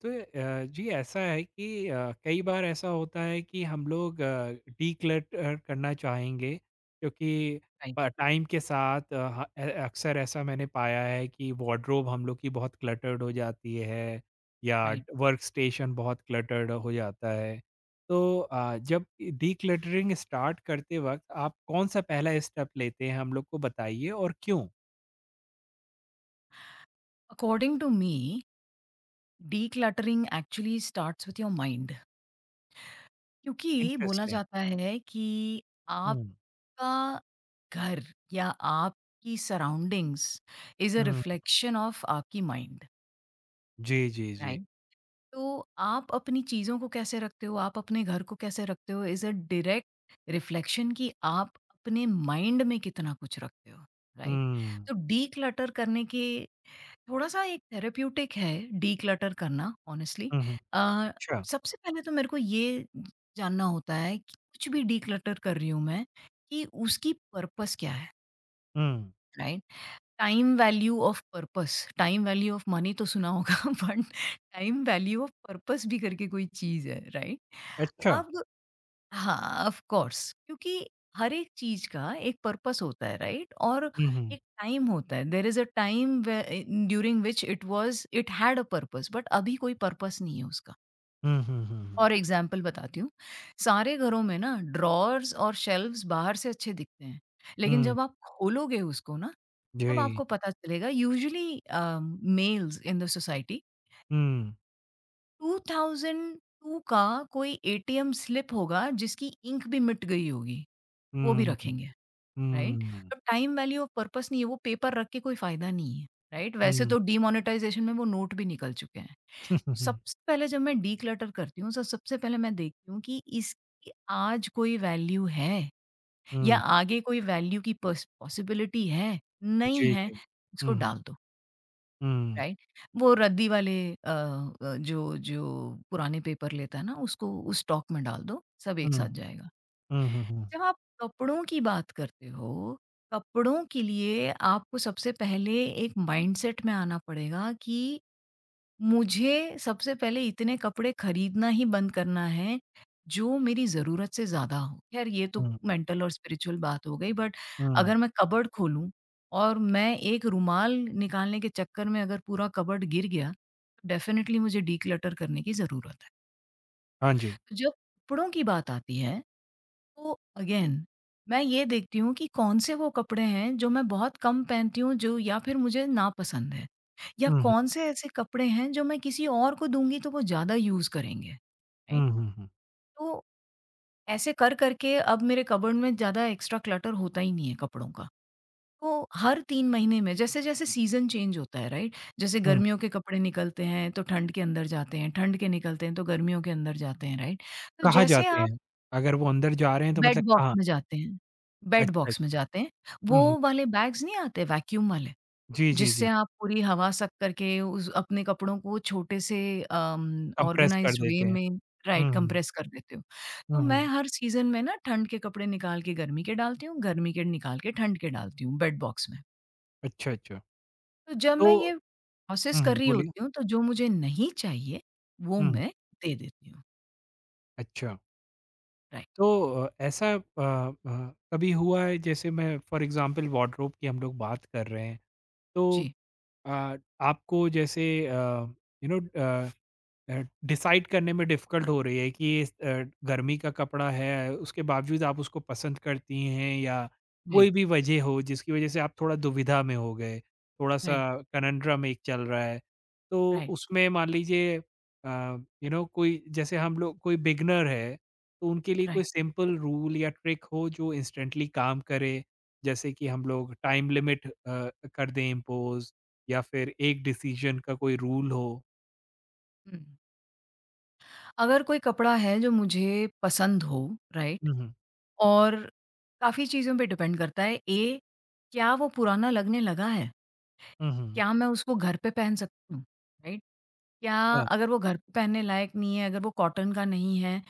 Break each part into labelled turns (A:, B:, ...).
A: जी ऐसा है कि कई बार ऐसा होता है कि हम लोग डिक्लटर करना चाहेंगे क्योंकि
B: Right,
A: टाइम के साथ अक्सर ऐसा मैंने पाया है कि वार्डरोब हम लोग की बहुत क्लटर्ड हो जाती है या
B: right.
A: वर्क स्टेशन बहुत क्लटर्ड हो जाता है। जब डिक्लटरिंग स्टार्ट करते वक्त आप कौन सा पहला स्टेप लेते हैं हम लोग को बताइए और क्यों।
B: According to me decluttering actually starts with your mind, क्योंकि बोला
A: इंटरेस्टिंग।
B: जाता है कि
A: हम्म।
B: आपका घर या आपकी surroundings is a
A: hmm.
B: Reflection of आपकी माइंड।
A: जी जी जी।
B: राइट, तो आप अपनी चीज़ों को कैसे रखते हो, आप अपने घर को कैसे रखते हो, इज अ डायरेक्ट रिफ्लेक्शन कि आप अपने माइंड में कितना कुछ रखते हो। राइट।
A: हम्म।
B: तो डीक्लटर करने के, थोड़ा-सा एक थेरेप्यूटिक है डिक्लटर करना ऑनेस्टली।
A: हुँ, हुँ।
B: अ,
A: अच्छा।
B: सबसे पहले तो मेरे को ये जानना होता है कि कुछ भी डिक्लटर कर रही हूँ मैं, कि उसकी पर्पस क्या है,
A: हुँ,
B: right? Time value of purpose, time value of money तो सुना होगा but time value of purpose भी करके कोई चीज़ है, राइट?
A: अच्छा।
B: अब हाँ, ऑफ कोर्स, क्योंकि हर एक चीज़ का एक पर्पस होता है, राइट? और
A: हुँ, हुँ।
B: एक टाइम होता है, there is a time way a during which it was it had a purpose but अभी कोई पर्पस नहीं है उसका।
A: हुँ, हुँ, हुँ, हुँ।
B: फॉर एग्ज़ाम्पल बताती हूँ, सारे घरों में ना ड्रॉवर्स और शेल्व्स बाहर से अच्छे दिखते हैं, लेकिन
A: हुँ,
B: जब आप खोलोगे उसको ना, तब
A: जी।
B: आपको पता चलेगा। Usually males in the society
A: हुँ,
B: 2002 का कोई एटीएम स्लिप होगा जिसकी इंक भी मिट गई होगी। वो
A: हुँ,
B: भी
A: हुँ,
B: रखेंगे, राइट?
A: हुँ।
B: तो टाइम वैल्यू और पर्पस नहीं है, वो पेपर रख के कोई फ़ायदा नहीं है, राइट? वैसे
A: हुँ,
B: तो डिमोनेटाइज़ेशन में वो नोट भी निकल चुके हैं। सबसे पहले जब मैं डिक्लटर करती हूँ, तो सबसे पहले मैं देखती हूँ कि इसकी आज कोई वैल्यू है या आगे कोई वैल्यू की पॉसिबिलिटी है? नहीं
A: जी,
B: है,
A: जी।
B: इसको
A: हुँ, हुँ,
B: डाल दो,
A: हुँ,
B: राइट? वो रद्दी वाले जो जो पुराने पेपर लेता है ना, उसको उस स्टॉक में डाल दो, सब
A: हुँ।
B: एक साथ जाएगा।
A: हुँ, हुँ, हुँ,
B: जब आप कपड़ों की बात करते हो, कपड़ों के लिए आपको सबसे पहले एक माइंडसेट में आना पड़ेगा कि मुझे सबसे पहले इतने कपड़े खरीदना ही बंद करना है, जो मेरी ज़रूरत से ज़्यादा हो। ख़ैर ये तो
A: हुँ,
B: मेंटल और स्पिरिचुअल बात हो गई, बट
A: हुँ।
B: अगर मैं कबर्ड खोलूँ और मैं एक रुमाल निकालने के चक्कर में अगर पूरा कबर्ड गिर गया, डेफ़िनिटली मुझे डिक्लटर करने की ज़रूरत है।
A: हाँ जी।
B: तो जब कपड़ों की बात आती है तो अगेन मैं ये देखती हूँ कि कौन से वो कपड़े हैं जो मैं बहुत कम पहनती हूँ जो या फिर मुझे नापसंद है, या
A: हुँ, हुँ,
B: कौन से ऐसे कपड़े हैं जो मैं किसी और को दूंगी तो वो ज़्यादा यूज़ करेंगे, राइट?
A: हुँ, हुँ, हुँ,
B: तो ऐसे कर करके अब मेरे कबर्ड में ज़्यादा एक्स्ट्रा क्लटर होता ही नहीं है कपड़ों का। तो हर तीन महीने में जैसे जैसे सीजन चेंज होता है, राइट, जैसे
A: हुँ।
B: गर्मियों के कपड़े निकलते हैं तो ठंड के अंदर जाते हैं, ठंड के निकलते हैं तो गर्मियों के अंदर जाते हैं, राइट? तो
A: कहाँ
B: जैसे
A: जाते हैं? अगर वो अंदर जा रहे हैं तो मतलब
B: बेड बॉक्स
A: कहाँ?
B: में जाते हैं, बेड
A: अच्छा,
B: बॉक्स में
A: अच्छा।
B: जाते हैं।
A: हुँ, हुँ।
B: वो वाले बैग्स नहीं आते वैक्यूम वाले,
A: जी, जी,
B: जिससे
A: जी।
B: आप पूरी हवा सक करके उस अपने कपड़ों को छोटे से
A: कंप्रेस कर
B: ऑर्गनाइज़्ड वे
A: देते हैं।
B: में, राइट,
A: हुँ, हुँ।
B: कंप्रेस कर देते हो। तो
A: हुँ,
B: मैं
A: हुँ।
B: हर सीज़न में ना ठंड के कपड़े निकाल के गर्मी के डालती हूँ, गर्मी के निकाल के ठंड के डालती हूँ बेड बॉक्स में।
A: अच्छा, अच्छा।
B: तो जब
A: तो
B: मैं ये प्रोसेस
A: हुँ,
B: कर
A: हुँ,
B: रही
A: बोलिए।
B: होती हूँ, तो जो मुझे नहीं चाहिए वो
A: हुँ,
B: मैं दे देती हूँ।
A: अच्छा।
B: राइट,
A: तो अ, ऐसा अ कभी हुआ है जैसे मैं फॉर एग्जांपल वार्डरोब की हम लोग बात कर रहे हैं। तो
B: जी।
A: अ, आपको जैसे यू नो डिसाइड करने में डिफ़िकल्ट हो रही है कि इस
B: हुँ,
A: गर्मी का कपड़ा है, उसके बावजूद आप उसको पसंद करती हैं या
B: राइट,
A: कोई भी वजह हो जिसकी वजह से आप थोड़ा दुविधा में हो गए, थोड़ा-सा
B: राइट,
A: कनंड्रम एक चल रहा है। तो
B: राइट,
A: उसमें मान लीजिए अ, यू नो कोई जैसे हम लोग कोई बिगिनर है, तो उनके लिए कोई
B: राइट।
A: सिंपल रूल या ट्रिक हो जो इंस्टेंटली काम करे, जैसे कि हम लोग टाइम लिमिट कर दें इम्पोज़ या फिर एक डिसीज़न का कोई रूल हो?
B: हुँ। अगर कोई कपड़ा है जो मुझे पसंद हो, राइट?
A: हुँ, हुँ।
B: और काफ़ी चीज़ों पे डिपेंड करता है। ए, क्या वो पुराना लगने लगा है?
A: हुँ, हुँ।
B: क्या मैं उसको घर पे पहन सकती हूँ? राइट? क्या,
A: ఆ!
B: अगर वो घर पे पहनने लायक नहीं है, अगर वो कॉटन का नहीं है,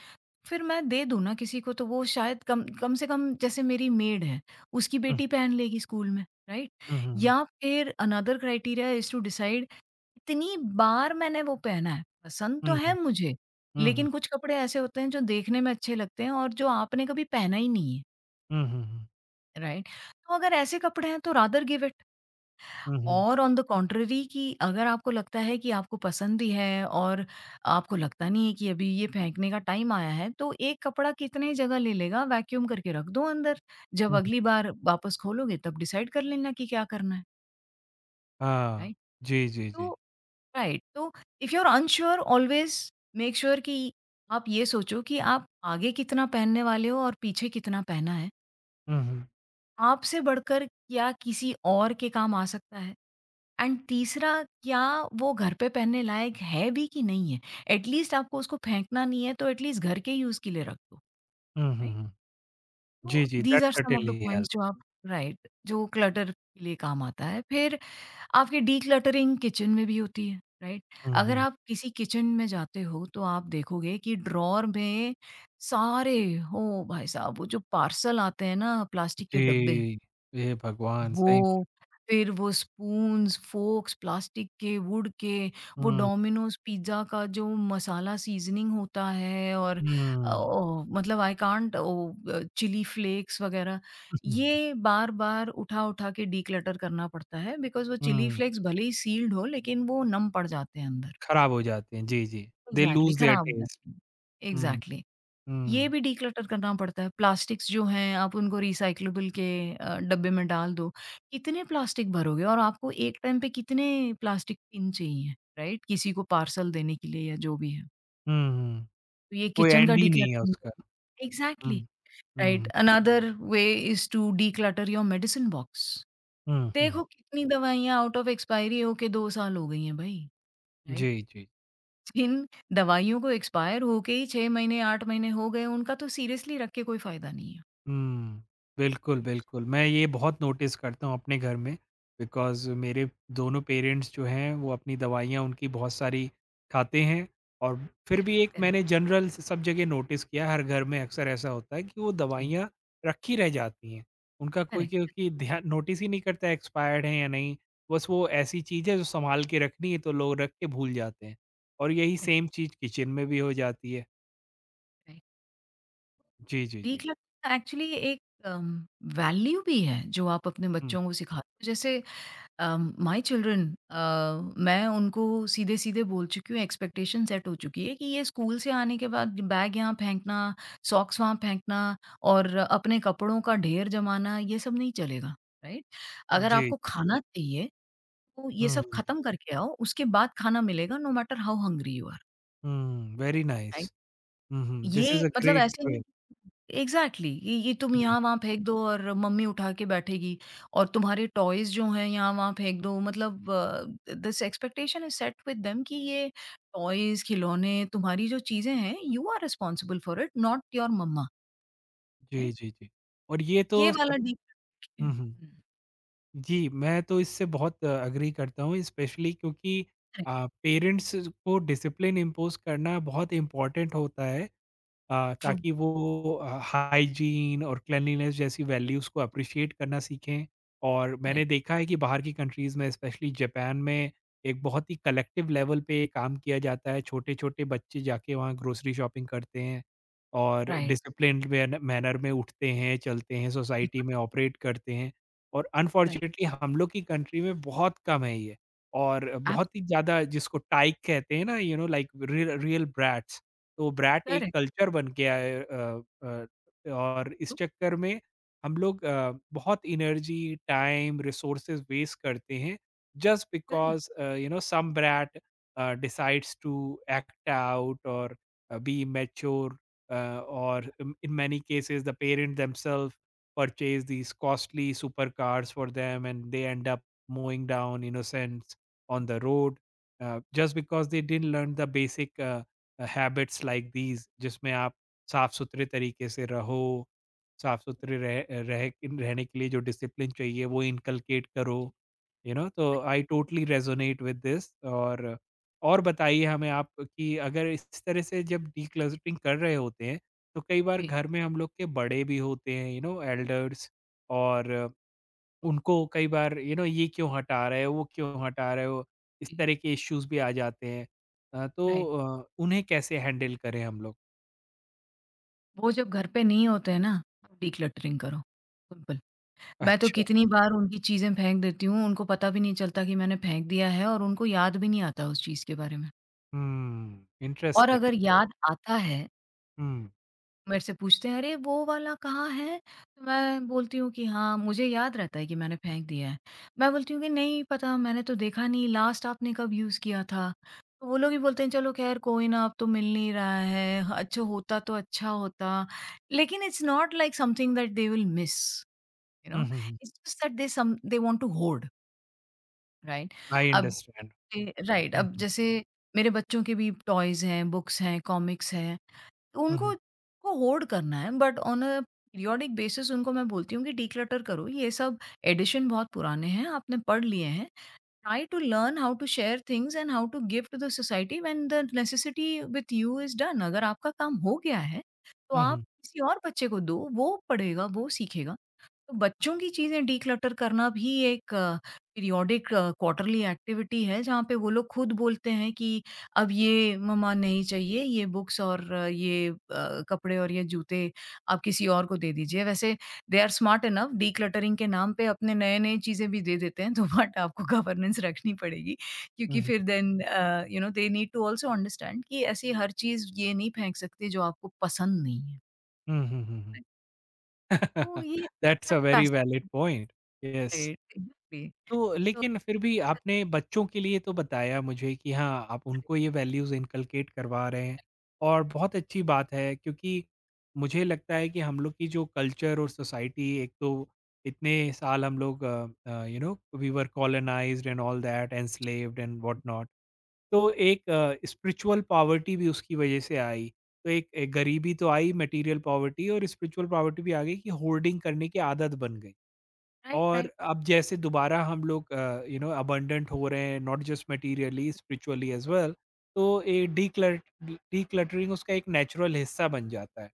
B: फिर मैं दे दूँ ना किसी को तो वो शायद कम कम से कम जैसे मेरी मेड है, उसकी
A: హ్మ్. హ్మ్.
B: बेटी पहन लेगी स्कूल में, राइट?
A: హుహు.
B: या फिर another criteria is to decide कितनी बार मैंने वो पहना है। पसंद तो
A: హుహు.
B: है मुझे,
A: హుహు.
B: लेकिन कुछ कपड़े ऐसे होते हैं जो देखने में अच्छे लगते हैं और जो आपने कभी पहना ही नहीं है,
A: హుహు.
B: राइट? तो अगर ऐसे कपड़े हैं तो रादर गिव इट।
A: హుహు.
B: और ऑन द कॉन्ट्ररी कि अगर आपको लगता है कि आपको पसंद भी है और आपको लगता नहीं है कि अभी ये फेंकने का टाइम आया है, तो एक कपड़ा कितने जगह ले लेगा, वैक्यूम करके रख दो अंदर। जब
A: హుహు.
B: अगली बार वापस खोलोगे तब डिसाइड कर लेना कि क्या करना है,
A: हाँ,
B: राइट?
A: जी, जी,
B: तो
A: जी।
B: राइट, तो if you are unsure always make sure कि आप ये सोचो कि आप आगे कितना पहनने वाले हो और पीछे कितना पहना है।
A: हुँ, हुँ,
B: आपसे बढ़कर क्या किसी और के काम आ सकता है? एंड तीसरा, क्या वो घर पे पहनने लायक है भी कि नहीं है? एटलीस्ट आपको उसको फेंकना नहीं है तो एटलीस्ट घर के यूज़ के लिए रख दो,
A: हुँ, हुँ,
B: राइट?
A: हुँ।
B: तो
A: जी, जी, that
B: these are some of the
A: certainly
B: points
A: help.
B: जो आप, राइट, जो क्लटर के लिए काम आता है। फिर आपकी डिक्लटरिंग किचन में भी होती है, राइट?
A: हुँ,
B: अगर
A: हुँ।
B: आप किसी किचन में जाते हो तो आप देखोगे कि ड्रॉअर में सारे, हो भाई साहब, वो जो पार्सल आते हैं ना प्लास्टिक के डब्बे
A: जी, हे भगवान! सही में।
B: वो, फिर वो स्पून्स, फ़ोर्क्स, प्लास्टिक के, वुड के, वो
A: हुँ,
B: डोमिनोज़ पिज़्ज़ा का जो मसाला सीज़निंग होता है, और
A: हुँ,
B: ओ मतलब I can't oh chilli flakes वग़ैरह, ये बार-बार उठा-उठा के डिक्लटर करना पड़ता है बिकॉज़ वो चिली
A: हुँ,
B: फ्लेक्स भले ही सील्ड हो लेकिन वो नम पड़ जाते हैं अंदर।
A: खराब हो जाते हैं, जी, जी। दे
B: एग्ज़ैक्टली
A: लूज़ देयर
B: ख़राब हो
A: टेस्ट।
B: जाते हैं।
A: हुँ,
B: एग्ज़ैक्टली। ये
A: हुँ,
B: भी डिक्लटर करना पड़ता है। प्लास्टिक्स जो हैं आप उनको रिसाइक्लेबल के डब्बे में डाल दो। कितने प्लास्टिक भरोगे और आपको एक टाइम पे कितने प्लास्टिक बिन चाहिए, राइट? किसी को पार्सल देने के लिए या जो भी है।
A: हुँ, हुँ।
B: तो ये
A: कोई
B: किचन का
A: एंड ही नहीं है
B: डिक्लटरिंग,
A: उसका। हुँ,
B: एग्ज़ैक्टली, राइट।
A: हुँ,
B: another way is to declutter your medicine box.
A: हुँ, हुँ।
B: देखो कितनी दवाइयाँ आउट ऑफ एक्सपायरी होके 2 साल हो गई हैं भई, राइट?
A: जी, जी।
B: जिन दवाइयों को एक्सपायर होके ही 6 महीने, 8 महीने हो गए, उनका तो सीरियसली रख के कोई फ़ायदा नहीं है।
A: हुँ। बिल्कुल,
B: Right?
A: बिल्कुल। मैं ये बहुत नोटिस करता हूँ अपने घर में बिकॉज़ मेरे दोनों पेरेंट्स जो हैं वो अपनी दवाइयाँ उनकी बहुत सारी खाते हैं। और फिर
B: करेक्ट,
A: भी एक
B: करेक्ट.
A: मैंने जनरल स सब जगह नोटिस किया, हर घर में अक्सर ऐसा होता है कि वो
B: जी,
A: दवाइयाँ रखी रह जाती हैं। उनका कोई
B: करेक्ट,
A: क्योंकि ध्यान नोटिस ही नहीं करता एक्सपायर्ड हैं या नहीं। बस वो ऐसी चीज़ है जो सँभाल के रखनी है तो लोग रख के भूल जाते हैं, और यही
B: राइट,
A: सेम चीज़ किचन में भी हो जाती है।
B: राइट.
A: जी, जी, जी।
B: डिक्लटरिंग एक्चुअली एक वैल्यू भी है जो आप अपने
A: हुँ।
B: बच्चों को सिखाते हो। जैसे माय चिल्ड्रन, अ, मैं उनको सीधे-सीधे बोल चुकी हूँ, एक्सपेक्टेशन सेट हो चुकी है कि ये स्कूल से आने के बाद बैग यहाँ फेंकना, सॉक्स वहाँ फेंकना और अपने कपड़ों का ढेर जमाना, ये सब नहीं चलेगा, राइट? अगर
A: जी।
B: आपको खाना चाहिए तो ये
A: हुँ,
B: सब
A: हुँ।
B: खत्म करके आओ, उसके बाद खाना मिलेगा, no matter how hungry you are,
A: हुँ, वेरी
B: राइट?
A: नाइस। हुँ, हुँ, दिस इज़
B: ये
A: अ
B: मतलब
A: ग्रेट
B: ऐसे
A: वे।
B: नहीं, एग्ज़ैक्टली, ये तुम
A: हुँ,
B: यहाँ-वहाँ फेंक दो और मम्मी उठा के बैठेगी और तुम्हारे टॉयज़ जो हैं यहाँ-वहाँ फेंक दो, मतलब this expectation is set with them कि ये टॉयज़, खिलौने, तुम्हारी जो चीज़ें हैं, you are responsible for it, not your mama,
A: जी,
B: राइट?
A: जी, जी। और ये
B: ये
A: तो सब
B: वाला डीप,
A: हुँ,
B: हुँ,
A: हुँ। जी, मैं तो इससे बहुत एग्री करता हूँ, स्पेशली क्योंकि
B: करेक्ट,
A: पेरेंट्स को डिसिप्लिन इम्पोज़ करना बहुत इम्पोर्टेंट होता है।
B: ट्रू,
A: ताकि वो हाइजीन और क्लेanलीनेस जैसी वैल्यूज़ को अप्रिशिएट करना सीखें। और मैंने
B: करेक्ट,
A: देखा है कि बाहर की कंट्रीज़ में स्पेशली जापान में एक बहुत ही कलेक्टिव लेवल पे काम किया जाता है, छोटे-छोटे बच्चे जाके वहाँ ग्रोसरी शॉपिंग करते हैं और
B: राइट,
A: डिसिप्लिन्ड मैनर में उठते हैं, चलते हैं, सोसाइटी
B: बिल्कुल
A: में ऑपरेट करते हैं। और
B: राइट,
A: अनफॉर्चुनेटली हम लोग की कंट्री में बहुत कम है ये, और
B: एब्स
A: बहुत ही ज़्यादा जिसको टाइक कहते हैं ना, you know like real brats. तो ब्रैट एक
B: करेक्ट,
A: कल्चर बन के आए, और इस
B: ट्रू,
A: चक्कर में हम लोग बहुत एनर्जी, टाइम, रिसोर्सेज वेस्ट करते हैं just
B: correct,
A: because you know some brat decides to act out और be mature, or in many cases the parent themselves purchase these costly supercars for them and they end up mowing down innocents on the road, just because they didn't learn the basic habits like these जिसमें आप साफ-सुथरे तरीके से रहो, साफ-सुथरे रह रह रहने के लिए जो डिसिप्लिन चाहिए वो इनकलकेट करो,
B: जी,
A: यू नो। तो
B: right,
A: I totally resonate with this. और बताइए हमें आप कि अगर इस तरह से जब डिक्लटरिंग कर रहे होते हैं, तो कई बार
B: जी,
A: घर में हम लोग के बड़े भी होते हैं, यू नो एल्डर्स, और उनको कई बार यू नो ये क्यों हटा रहे हो, वो क्यों हटा रहे हो, इस
B: जी,
A: तरह के इश्यूज़ भी आ जाते हैं। अ, तो
B: राइट।
A: उन्हें कैसे हैंडल करें हम लोग?
B: वो जब घर पे नहीं होते हैं ना, तब डिक्लटरिंग करो, सिंपल। मैं तो
A: अच्छा,
B: कितनी बार उनकी चीज़ें फेंक देती हूँ, उनको पता भी नहीं चलता कि मैंने फेंक दिया है और उनको याद भी नहीं आता उस चीज़ के बारे में।
A: हुँ,
B: और
A: इंटरेस्टिंग।
B: अगर याद आता है,
A: हुँ,
B: मेरे से पूछते हैं, "अरे! वो वाला कहाँ है?" तो मैं बोलती हूँ कि हाँ, मुझे याद रहता है कि मैंने फेंक दिया है। मैं बोलती हूँ कि, "नहीं पता, मैंने तो देखा नहीं, लास्ट आपने कब यूज़ किया था?" तो वो लोग भी बोलते हैं, "चलो ख़ैर कोई ना, अब तो मिल नहीं रहा है, अच्छा होता तो अच्छा होता।" लेकिन it's not like something that they will miss, you
A: हुँ,
B: नो?
A: हुँ, हुँ,
B: it's just that they some they want to hoard. Right.
A: I
B: अब
A: अंडरस्टैंड।
B: ए, राइट,
A: हुँ,
B: अब
A: हुँ,
B: जैसे मेरे बच्चों के भी टॉयज हैं, बुक्स हैं, कॉमिक्स हैं, तो
A: हुँ,
B: उनको
A: हुँ,
B: को होर्ड करना है, but on a periodic basis उनको मैं बोलती हूँ कि डिक्लटर करो ये सब, एडिशन बहुत पुराने हैं, आपने पढ़ लिए हैं। Try to learn how to share things and how to give to the society when the necessity with you is done. अगर आपका काम हो गया है तो
A: हुँ,
B: आप
A: हुँ,
B: किसी और बच्चे को दो, वो पढ़ेगा, वो सीखेगा। तो बच्चों की चीज़ें डिक्लटर करना भी एक पीरियोडिक क्वार्टरली एक्टिविटी है, जहाँ पे वो लोग खुद बोलते हैं कि अब ये मम्मा नहीं चाहिए, ये बुक्स और कपड़े और ये जूते आप किसी और को दे दीजिए। वैसे they are smart enough, decluttering के नाम पे अपने नए-नए चीज़ें भी दे देते हैं, तो बट आपको गवर्नेंस रखनी पड़ेगी क्योंकि
A: हुँ,
B: फिर then you know they need to also understand कि ऐसी हर चीज़ ये नहीं फेंक सकते जो आपको पसंद नहीं है।
A: हुँ, हुँ, हुँ, हुँ।
B: राइट। तो ये
A: that's a very valid point. Yes.
B: Right, exactly.
A: तो
B: तो
A: लेकिन फिर भी आपने बच्चों के लिए तो बताया मुझे कि हाँ, आप उनको ये वैल्यूज़ इनकलकेट करवा रहे हैं और बहुत अच्छी बात है, क्योंकि मुझे लगता है कि हम लोग की जो कल्चर और सोसाइटी एक तो इतने साल हम लोग you know we were colonised and all that enslaved and what not. तो एक स्पिरिचुअल पॉवर्टी भी उसकी वजह से आई, तो एक गरीबी तो आई मटेरियल पॉवर्टी, और स्पिरिचुअल पॉवर्टी भी आ गई कि होर्डिंग करने की आदत बन गई।
B: राइट,
A: और
B: राइट,
A: अब जैसे दोबारा हम लोग यू नो अबंडेंट हो रहे हैं not just materially spiritually as well. तो
B: हुँ,
A: ये डीक्लट डीक्लटरिंग उसका एक नेचुरल हिस्सा बन जाता है।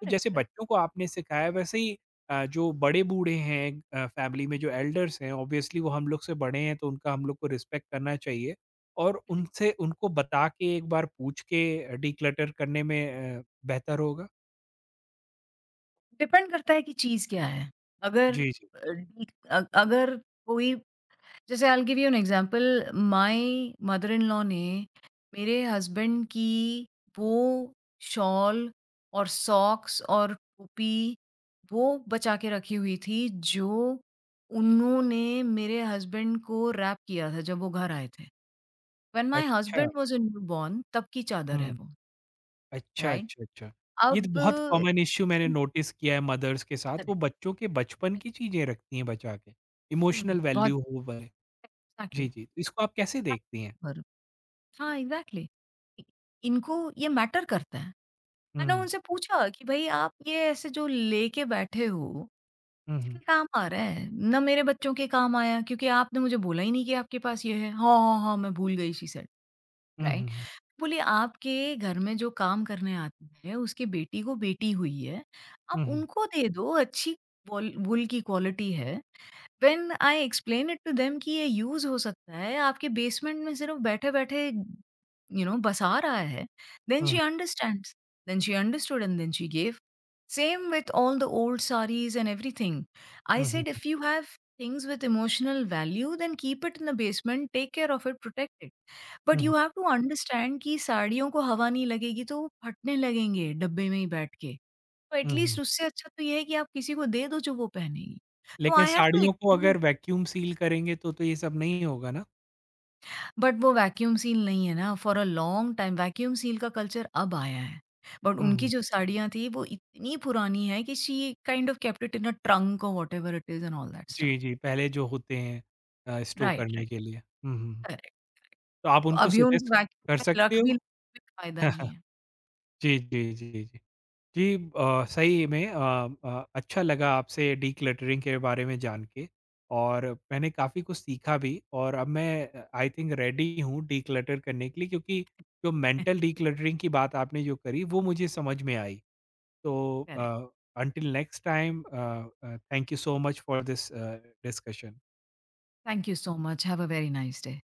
A: तो जैसे
B: करेक्ट,
A: बच्चों को आपने सिखाया वैसे ही जो बड़े बूढ़े हैं फैमिली में जो एल्डर्स हैं ऑब्वियसली वो हम लोग से बड़े हैं तो उनका हम लोग को रिस्पेक्ट करना चाहिए, और
B: करेक्ट।
A: उनसे उनको बता के एक बार पूछ के डीक्लटर करने में बेहतर होगा।
B: डिपेंड करता है कि चीज़ क्या है। अगर
A: जी जी।
B: अ, डी अ, अगर कोई, जैसे I will give you an example, my mother in law ने मेरे हस्बैंड की वो शॉल और सॉक्स और टोपी, वो बचा के रखी हुई थी, जो उन्होंने मेरे हस्बैंड को रैप किया था जब वो घर आए थे। व्हेन माय
A: अच्छा।
B: हस्बैंड वाज़ अ न्यूबॉर्न तब की चादर है वो। राइट?
A: अच्छा। ये तो
B: अब
A: बहुत कॉमन इश्यू मैंने नोटिस किया है मदर्स के साथ, वो
B: करेक्ट,
A: बच्चों के बचपन की चीज़ें रखती हैं बचा के,
B: हुँ,
A: इमोशनल
B: बहुत,
A: वैल्यू हो वै
B: एग्ज़ैक्टली,
A: जी, जी। तो इसको आप कैसे देखती हैं?
B: बरो, हाँ, एग्ज़ैक्टली, इ इनको ये मैटर करता है। मैंने
A: हुँ,
B: उनसे पूछा कि भई आप ये ऐसे जो लेके बैठे हो,
A: हुँ, हुँ,
B: किसके काम आ रहा है? ना मेरे बच्चों के काम आया, क्योंकि आपने मुझे बोला ही नहीं कि आपके पास ये है। हाँ, हाँ, हाँ, मैं भूल गई, शी सेड,
A: हुँ,
B: राइट?
A: हुँ,
B: बोली आपके घर में जो काम करने आती है, उसकी बेटी को बेटी हुई है, आप
A: हुँ, हुँ,
B: उनको दे दो, अच्छी बोल वूल की क्वालिटी है। When I explain it to them कि ये यूज़ हो सकता है, आपके बेसमेंट में सिर्फ़ बैठे-बैठे, यू नो, बसा रहा है, then
A: hmm,
B: she
A: hmm,
B: understands, then she understood and then she give. Same with all the old sarees and everything. I
A: hmm,
B: said, "If you have things with emotional value, then keep it in the basement, take care of it, protect it.
A: Hmm,
B: But
A: hmm,
B: you have to understand कि साड़ियों को हवा नहीं लगेगी तो वो फटने लगेंगे डब्बे में ही बैठ के, तो एट
A: हुँ, हुँ।
B: लीस्ट उससे अच्छा तो ये है कि आप किसी को दे दो जो वो पहनेगी।" तो
A: लेकिन
B: आई हैव टू,
A: साड़ियों को अगर वैक्यूम सील करेंगे तो ये सब नहीं होगा ना?
B: बट वो वैक्यूम सील नहीं है ना, for a long time vacuum seal का कल्चर अब आया है, बट उनकी
A: हुँ,
B: जो साड़ियाँ थी वो इतनी पुरानी है कि she kind of kept it in a trunk और whatever it is and all that stuff.
A: जी, जी, पहले जो होते हैं स्टोव
B: राइट,
A: करने
B: राइट,
A: के लिए। हुँ, हुँ।
B: करेक्ट।
A: तो आप
B: तो
A: उनको
B: अभी
A: सजेस्ट
B: उनको
A: कर
B: वैक्यूम में
A: सकते
B: रख भी
A: हो?
B: फायदा नहीं है।
A: जी, जी, जी, जी। जी। अ, सही में अ, अ, अच्छा लगा आपसे डीक्लटरिंग के बारे में जान के, और मैंने काफ़ी कुछ सीखा भी, और अब मैं आई थिंक रेडी हूँ डीक्लटर करने के लिए क्योंकि जो मेंटल डीक्लटरिंग की बात आपने जो करी वो मुझे समझ में आई। तो
B: correct.
A: Until next time, thank you so much for this discussion.
B: Thank you so much, have a very nice day.